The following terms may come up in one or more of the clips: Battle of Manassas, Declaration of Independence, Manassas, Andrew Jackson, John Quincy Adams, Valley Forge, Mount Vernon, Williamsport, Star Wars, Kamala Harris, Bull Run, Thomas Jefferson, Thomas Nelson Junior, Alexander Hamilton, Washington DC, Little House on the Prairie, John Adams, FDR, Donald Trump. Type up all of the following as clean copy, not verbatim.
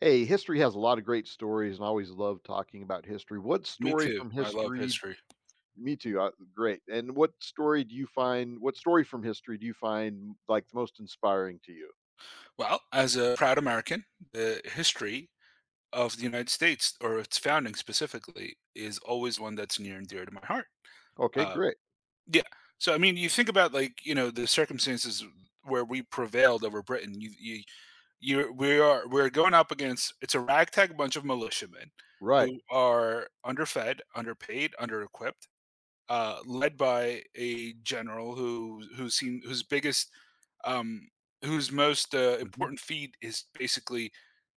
Hey, history has a lot of great stories, and I always love talking about history. What Me story too. from I love history? history. Me too. Great. And what story do you find? What story from history do you find like the most inspiring to you? Well, as a proud American, the history of the United States, or its founding specifically, is always one that's near and dear to my heart. Okay, Uh, great. yeah. You think about like the circumstances where we prevailed over Britain. You, we are We're going up against it's a ragtag bunch of militiamen Right. who are underfed, underpaid, under equipped, led by a general whose biggest um, whose most hmm important feat is basically,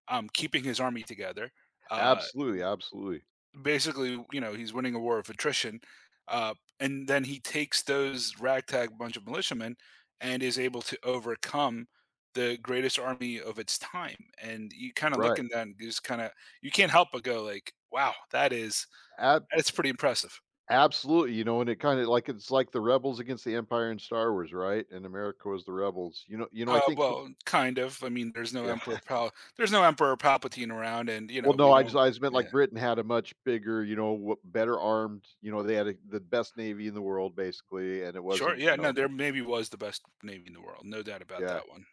keeping his army together. Uh, Absolutely. Absolutely. basically, you know, he's winning a war of attrition, uh, and then he takes those ragtag bunch of militiamen and is able to overcome the greatest army of its time. And you kind of look Right. in that and just kind of, you can't help but go like, "Wow, Ab- that's pretty impressive." Absolutely. You know, and it kind of like it's like the rebels against the empire in Star Wars, right? And America was the rebels. You know. You know. I think. some- well, kind of. I mean, there's no Yeah. Emperor Pal there's no Emperor Palpatine around and, you Well, know, no, we I just don't. I just meant like Yeah. Britain had a much bigger, you know, w better armed, you know, they had a the best navy in the world basically, and it Sure, wasn't, you yeah, no, know. there maybe was the best Navy in the world, no doubt about Yeah. that one.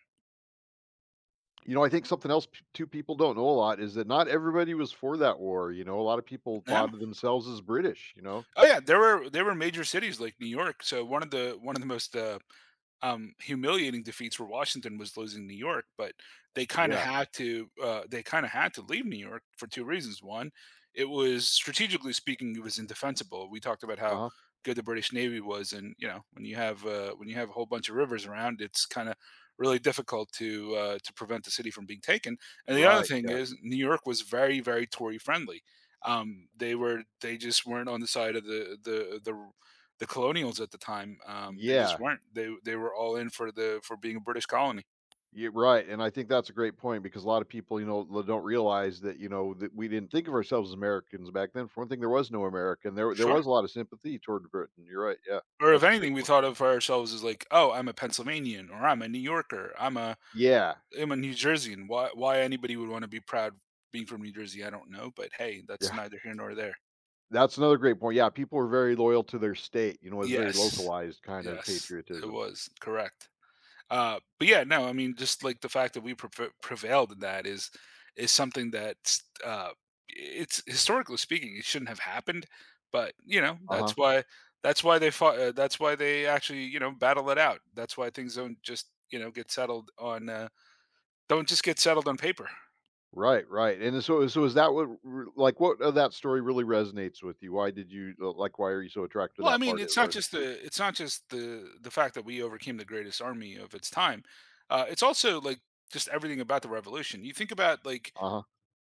You know, I think something else p too people don't know a lot is that not everybody was for that war, you know, a lot of people No? thought of themselves as British, you know? Oh, yeah, there were major cities like New York, so one of the most, humiliating defeats for Washington was losing New York, but they kind of Yeah, had to, leave New York for two reasons. One, it was indefensible. We talked about how uh-huh, good the British Navy was, and you know when you have, a whole bunch of rivers around, it's kind of really difficult to, to prevent the city from being taken. And the other right, thing yeah. is, New York was very Tory friendly. They just weren't on the side of the colonials at the time, they just Yeah, weren't. They were all in for the, for being a British colony. yeah, right, and I think that's a great point because a lot of people, you know, l don't realize that, you know, that we didn't think of ourselves as Americans back then. For one thing, there was no American. There was Sure. a lot of sympathy toward Britain, you're right, yeah, Or if that's a great anything, we point. thought of ourselves as like, oh, I'm a Pennsylvanian, or I'm a New Yorker, Yeah. I'm a New Jerseyan. Why anybody would want to be proud being from New Jersey, I don't know. But hey, that's Yeah, neither here nor there. that's another great point. Yeah, people are very loyal to their state. You know, it's very Yes, localized kind of yes, it patriotism. was correct. But yeah, no, I mean, just like the fact that we prevailed in that is something that's it's historically speaking, it shouldn't have happened. But you know, Uh that's huh. why, they fought. That's why they actually, you know, battle it out. That's why things don't just, you know, get settled on, don't just get settled on paper. Right, right. And so, so is that like, what of that story really resonates with you? Why did you like? Why are you so attracted to Well, I that mean, part of it's not our just history? the, fact that we overcame the greatest army of its time. It's also like just everything about the revolution. You think about like Uh huh.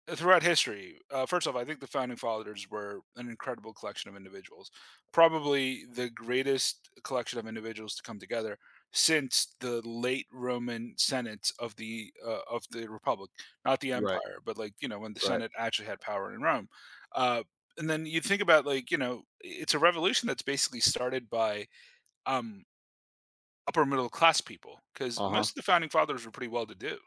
throughout history, first off, I think the founding fathers were an incredible collection of individuals, probably the greatest collection of individuals to come together since the late Roman Senate of the, Republic, not the Right, Empire, but like you know when the right. Senate actually had power in Rome. Uh, and then you think about like you know it's a revolution that's basically started by, um, upper middle class people because Uh most huh. of the founding fathers were pretty well to do.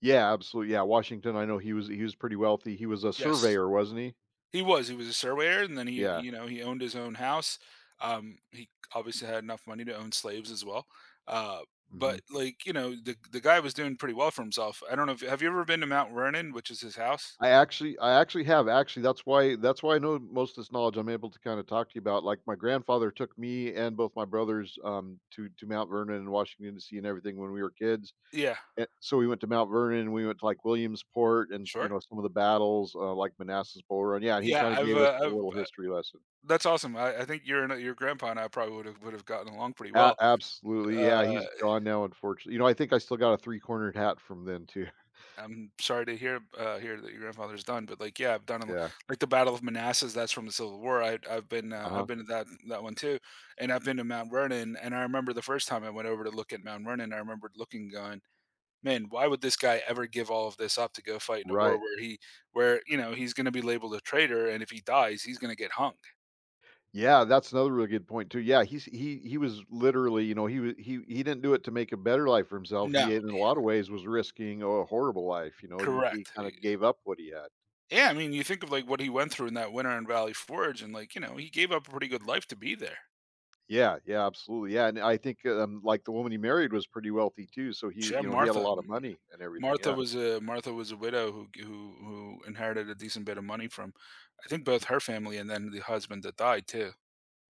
Yeah, absolutely. Yeah, Washington. I know he was pretty wealthy. He was a Yes, surveyor, wasn't he? he was, a surveyor, and then he, Yeah. you know, he owned his own house. He obviously had enough money to own slaves as well. Uh, Mhm. but like, you know, the guy was doing pretty well for himself. I don't know if, have you ever been to Mount Vernon, which is his house? I actually have. Actually, that's why I know most of this knowledge I'm able to kinda talk to you about. Like, my grandfather took me and both my brothers, to Mount Vernon and Washington DC and everything when we were kids. Yeah, Eh, so we went to Mount Vernon, we went to, like, Williamsport and s you sure. know, some of the battles, like Manassas Bull Run. Yeah, he Yeah, kinda gave us a I've little history lesson. That's awesome. I think your grandpa and I probably would have gotten along pretty A well. Absolutely, yeah, Uh he's gone now, unfortunately. You know, I think I still got a three-cornered hat from then too. I'm sorry to hear, that your grandfather's done, but like, yeah, I've done a Yeah. like the Battle of Manassas. That's from the Civil War. I've been, Uh-huh. To that one too, and I've been to Mount Vernon. And I remember the first time I went over to look at Mount Vernon, I remember looking, going, "Man, why would this guy ever give all of this up to go fight in a war Right. where he where you know he's going to be labeled a traitor, and if he dies, he's going to get hung?" Yeah, that's another really good point too. Yeah, he was literally, you know, he was he didn't do it to make a better life for himself. No, He in a lot of ways was risking a horrible life. You know, he correct. kind of gave up what he had. Yeah, I mean, you think of like what he went through in that winter in Valley Forge, and like you know, he gave up a pretty good life to be there. Yeah, yeah, absolutely. Yeah, and I think like the woman he married was pretty wealthy too. So he, Shab you know, he had a Martha, lot of money and everything. Yeah, Martha was a widow who inherited a decent bit of money from, I think, both her family and then the husband that died too.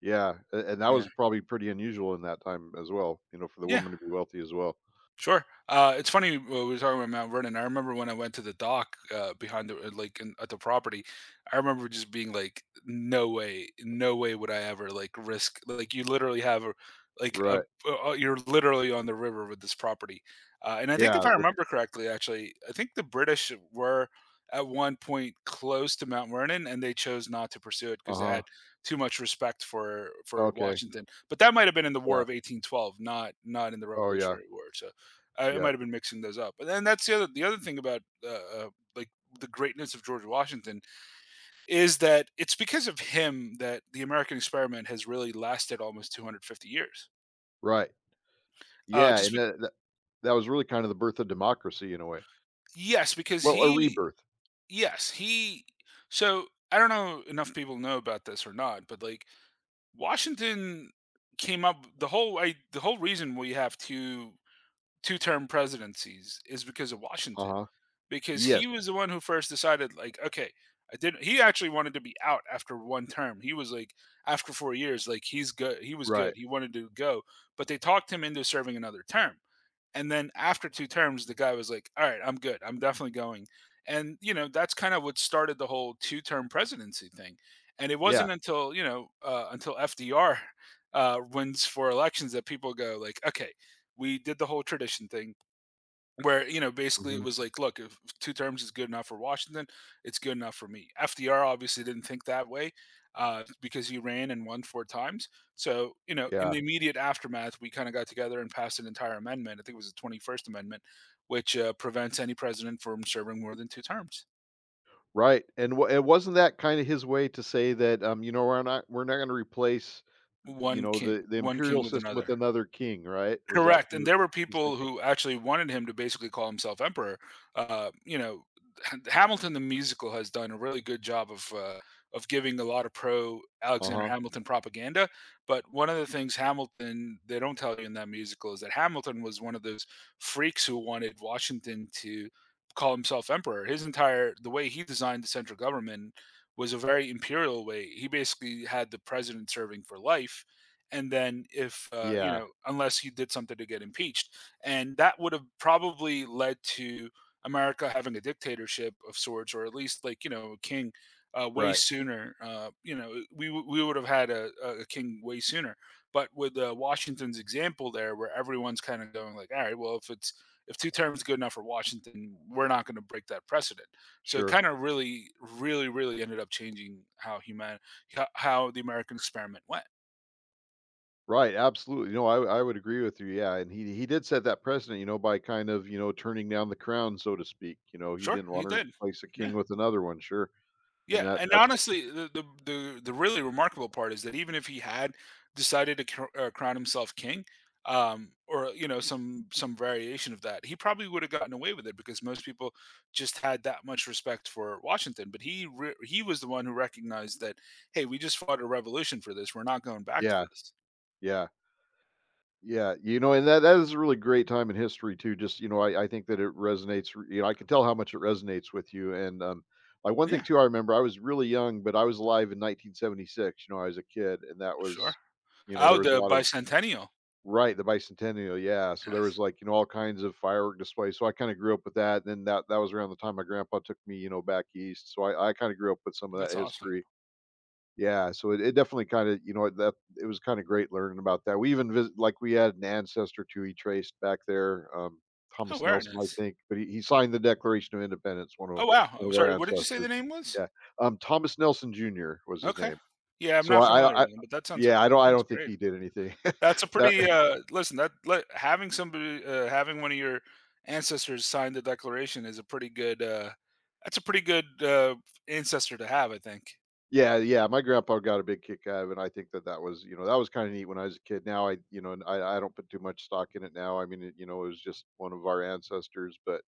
yeah, and that was Yeah. probably pretty unusual in that time as well. You know, for the Yeah. woman to be wealthy as well. Sure. It's funny, we were talking about Mount Vernon. I remember when I went to the dock, behind the, at the property. I remember just being like, "No way, no way would I ever like risk like you literally have a like a Right. You're literally on the river with this property." And I think if Yeah. I The, remember correctly, actually, I think the British were at one point close to Mount Vernon, and they chose not to pursue it uh because they huh. had too much respect for, Okay. Washington. But that might have been in the War Yeah. of 1812, not in the Oh yeah. Revolutionary War. So I Yeah. might have been mixing those up. And then that's the other thing about, like the greatness of George Washington is that it's because of him that the American experiment has really lasted almost 250 years. Right. Yeah, Just and be- that, that was really kind of the birth of democracy in a way. yes, because Well, a he rebirth. yes he so I don't know enough people know about this or not, but like Washington came up the whole, reason we have two term presidencies is because of Washington, Uh-huh. because Yes, he was the one who first decided, like, okay, I didn't. He actually wanted to be out after one term. He was like, after four years, like he's good. He was good. right. He wanted to go, but they talked him into serving another term. And then after two terms, the guy was like, all right, I'm good. I'm definitely going. And, you know, that's kind of what started the whole two term presidency thing. And it Yeah. wasn't until, you know, until FDR wins four elections that people go, like, okay, we did the whole tradition thing where you know basically Mhm. it was like, look, if two terms is good enough for Washington, it's good enough for me. FDR obviously didn't think that way, because he ran and won four times. So you know in Yeah, the immediate aftermath we kind of got together and passed an entire amendment. I think it was the 21st amendment, which prevents any president from serving more than two terms. right, and wa and wasn't that kinda his way to say that, you know, we're not gonna replace, you One know, king, the imperial with system with another. another king, right? Was that Correct, kind and of there were his people thinking? who actually wanted him to basically call himself emperor. You know, Hamilton the musical has done a really good job of giving a lot of pro Alexander Uh-huh. Hamilton propaganda, but one of the things Hamilton they don't tell you in that musical is that Hamilton was one of those freaks who wanted Washington to call himself emperor. His entire The way he designed the central government was a very imperial way. He basically had the president serving for life, and then if, you Yeah, know, unless he did something to get impeached, and that would have probably led to America having a dictatorship of sorts, or at least like you know a king, way right. sooner you know, we would have had a king way sooner. But with, Washington's example there, where everyone's kind of going like, all right, well, if two terms is good enough for Washington, we're not going to break that precedent. So it Sure. kind of really ended up changing how human how the American experiment went. Right, absolutely. No, I would agree with you, yeah, and he did set that precedent, you know, by kind of, you know, turning down the crown, so to speak, you know, he Sure, didn't he wanna did. replace a king Yeah, with another one, sure, and yeah, that and that's honestly, the really remarkable part is that even if he had decided to crown himself king, or you know some variation of that, he probably would have gotten away with it because most people just had that much respect for Washington. But he he was the one who recognized that hey, we just fought a revolution for this. We're not going back to yeah, this. yeah. Yeah, you know, and that is a really great time in history too. Just you know, I think that it resonates. You know, I can tell how much it resonates with you. And like one thing Yeah, too, I remember I was really young, but I was alive in 1976. You know, I was a kid, and that sure. was, you know, there Oh, was a the lot of bicentennial. right the bicentennial. Yeah, so there was Yes, like you know all kinds of firework displays. So I kind of grew up with that. And then that was around the time my grandpa took me, you know, back east. So I kind of grew up with some of that that's awesome. history. Yeah, so it definitely kinda you know what, that it was kinda great learning about that. We even visit like, we had an ancestor too he traced back there, Oh, Thomas very Nelson, I nice. think, but he signed the Declaration of Independence, Oh wow. Oh, one of our sorry, what did you say the ancestors. name was? Yeah, Thomas Nelson Junior was his Okay. name. Yeah, I'm So not familiar I with them, but yeah, I that don't I sounds don't think great. he did anything. That's a That pretty, listen, that li having somebody, having one of your ancestors sign the declaration is a pretty good, that's a pretty good, ancestor to have, I think. yeah, yeah, my grandpa got a big kick out of it, and I think that that was, you know, that was kinda neat when I was a kid. Now I you know, and I don't put too much stock in it now. I mean, it you know, it was just one of our ancestors, but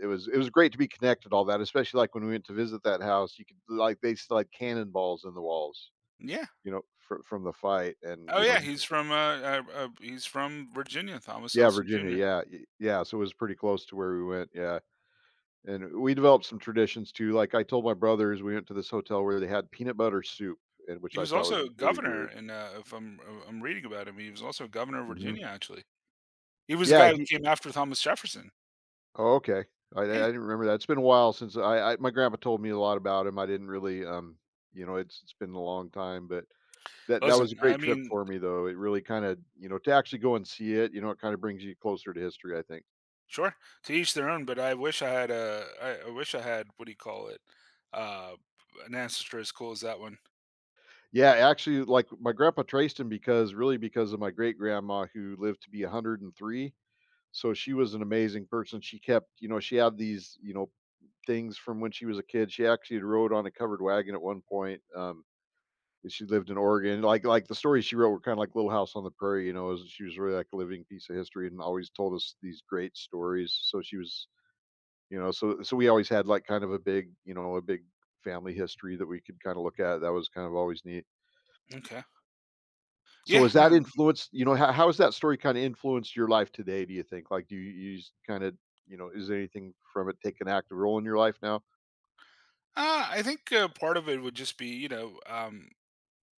it was great to be connected all that, especially like when we went to visit that house you could like they still had cannonballs in the walls, Yeah. you know, from the fight, and Oh, you know yeah, just- he's from Virginia, Thomas yeah Nelson Virginia, Junior. yeah yeah, so it was pretty close to where we went, yeah. And we developed some traditions too, like I told my brothers we went to this hotel where they had peanut butter soup and which He I was thought was also a really weird. governor in, if I'm I'm reading about him, he was also governor of Hmm Virginia, actually. He was the yeah guy who he came after Thomas Jefferson. oh, okay. I Yeah. didn't remember that, it's been a while since I my grandpa told me a lot about him, I didn't really you know it's been a long time, but that that Listen, was a I great trip mean, for me, though. It really kinda you know, to actually go and see it, you know, it kinda brings you closer to history, I think. sure, to each their own, but I wish I had a, I wish I had, what do you call it, uh, an ancestor as cool as that one. Yeah, actually, like, my grandpa traced him because really because of my great-grandma who lived to be 103. So, she was an amazing person. She kept you know, she had these, you know, things from when she was a kid. She actually had rode on a covered wagon at one point, and she lived in Oregon. Like, the stories she wrote were kinda like Little House on the Prairie, you know, as she was really, like, a living piece of history and always told us these great stories. So, she was you know, so we always had, like, kind of a big you know, a big family history that we could kinda look at, that was kind of always neat. Okay. So Yeah, has that no, influenced you know, how has that story kinda influenced your life today, do you think? Like, do you you kinda you know, is anything from it take an active role in your life now? I think, part of it would just be, you know,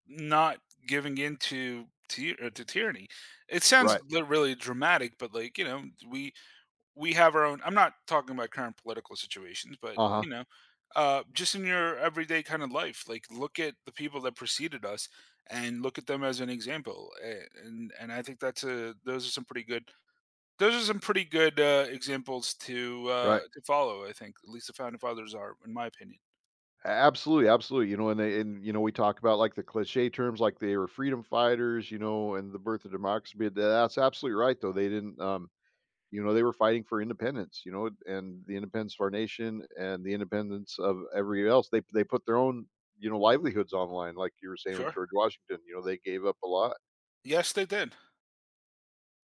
not giving in to ty to tyranny. It sounds Right. li really dramatic, but, like, you know, we have our own. I'm not talking about current political situations, but Uh-huh. you know, just in your everyday kind of life, like look at the people that preceded us and look at them as an example. And I think that's a, those are some pretty good, examples to, Right. to follow, I think, at least the founding fathers are, in my opinion. A Absolutely, absolutely, you know, and they and, you know, we talk about, like, the cliche terms, like, they were freedom fighters, you know, and the birth of democracy, but that's absolutely right, though, they didn't, you know, they were fighting for independence, you know, and the independence of our nation and the independence of every else. They put their own, you know, livelihoods on the line, like you were saying with Sure. George Washington. You know, they gave up a lot. Yes, they did.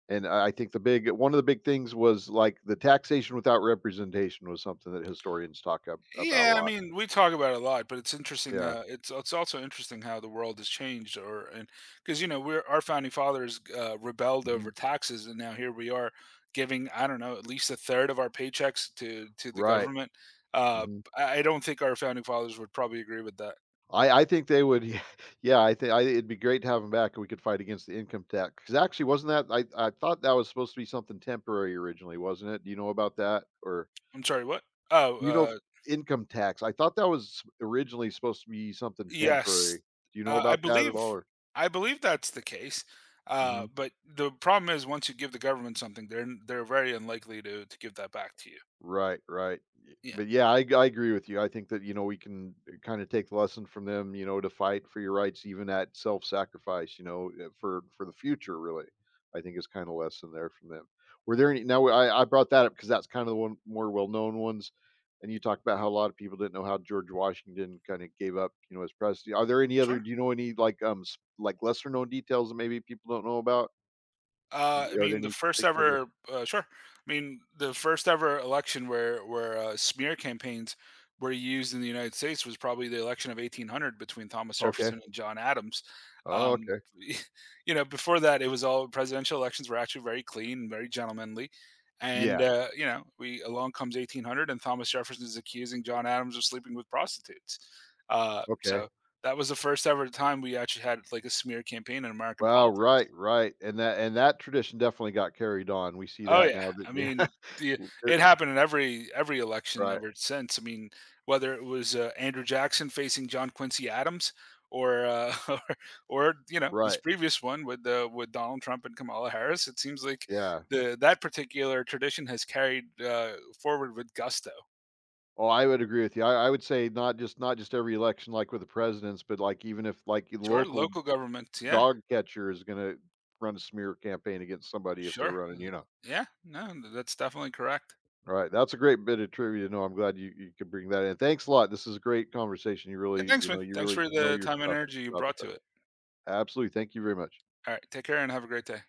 And I think the big one of the big things was like the taxation without representation was something that historians talk about a Yeah, I lot. mean, we talk about it a lot, but it's interesting. Yeah. It's also interesting how the world has changed, or, and because you know we're, our founding fathers rebelled Hmm. over taxes, and now here we are giving, I don't know, at least a third of our paychecks to, the Right. government. Uh, Hmm. I don't think our founding fathers would probably agree with that. I think they would yeah, I think I it'd be great to have them back and we could fight against the income tax. Because actually, wasn't that I thought that was supposed to be something temporary originally, wasn't it? Do you know about that? Or I'm sorry, what? Oh, you know income tax. I thought that was originally supposed to be something temporary. yes, Do you know I about that at believe, all? Or that's the case. Mhm. But the problem is, once you give the government something, they're very unlikely to, give that back to you. Right, right. Yeah. But yeah, I agree with you. I think that, you know, we can kind of take the lesson from them, you know, to fight for your rights, even at self sacrifice, you know, for the future, really, I think is kind of lesson there from them. Were there any, now I brought that up because that's kind of the one more well known ones. And you talked about how a lot of people didn't know how George Washington kind of gave up, you know, his presidency. Are there any other, Sure. do you know any like, like lesser known details that maybe people don't know about? I Are there mean, any the you can first think of? Or- ever sure. I mean, the first ever election where smear campaigns were used in the United States was probably the election of 1800 between Thomas Okay. Jefferson and John Adams. Oh, Um, okay. you know, before that, it was all presidential elections were actually very clean, very gentlemanly. And Yeah. You know, we along comes 1800, and Thomas Jefferson is accusing John Adams of sleeping with prostitutes. Okay. So that was the first ever time we actually had like a smear campaign in American Wow, politics. right, right, and that tradition definitely got carried on. We see Oh that yeah, now that I yeah, mean, the er it happened in every election right, ever since. I mean, whether it was, Andrew Jackson facing John Quincy Adams, or, or, you know, this right, previous one with the with Donald Trump and Kamala Harris, it seems like yeah. the that particular tradition has carried, forward with gusto. Oh, I would agree with you. I would say not just not just every election like with the presidents, but, like, even if, like, your Sure, local local government, yeah, dog catcher is gonna run a smear campaign against somebody if they're sure, running, you know? yeah, no, that's definitely correct. Right, that's a great bit of trivia to know, I'm glad you you could bring that in. Thanks a lot, this is a great conversation, you And really thanks, you know, man. you Thanks really for know the your time and stuff energy you about brought that. to it. Absolutely, thank you very much. All right, take care and have a great day.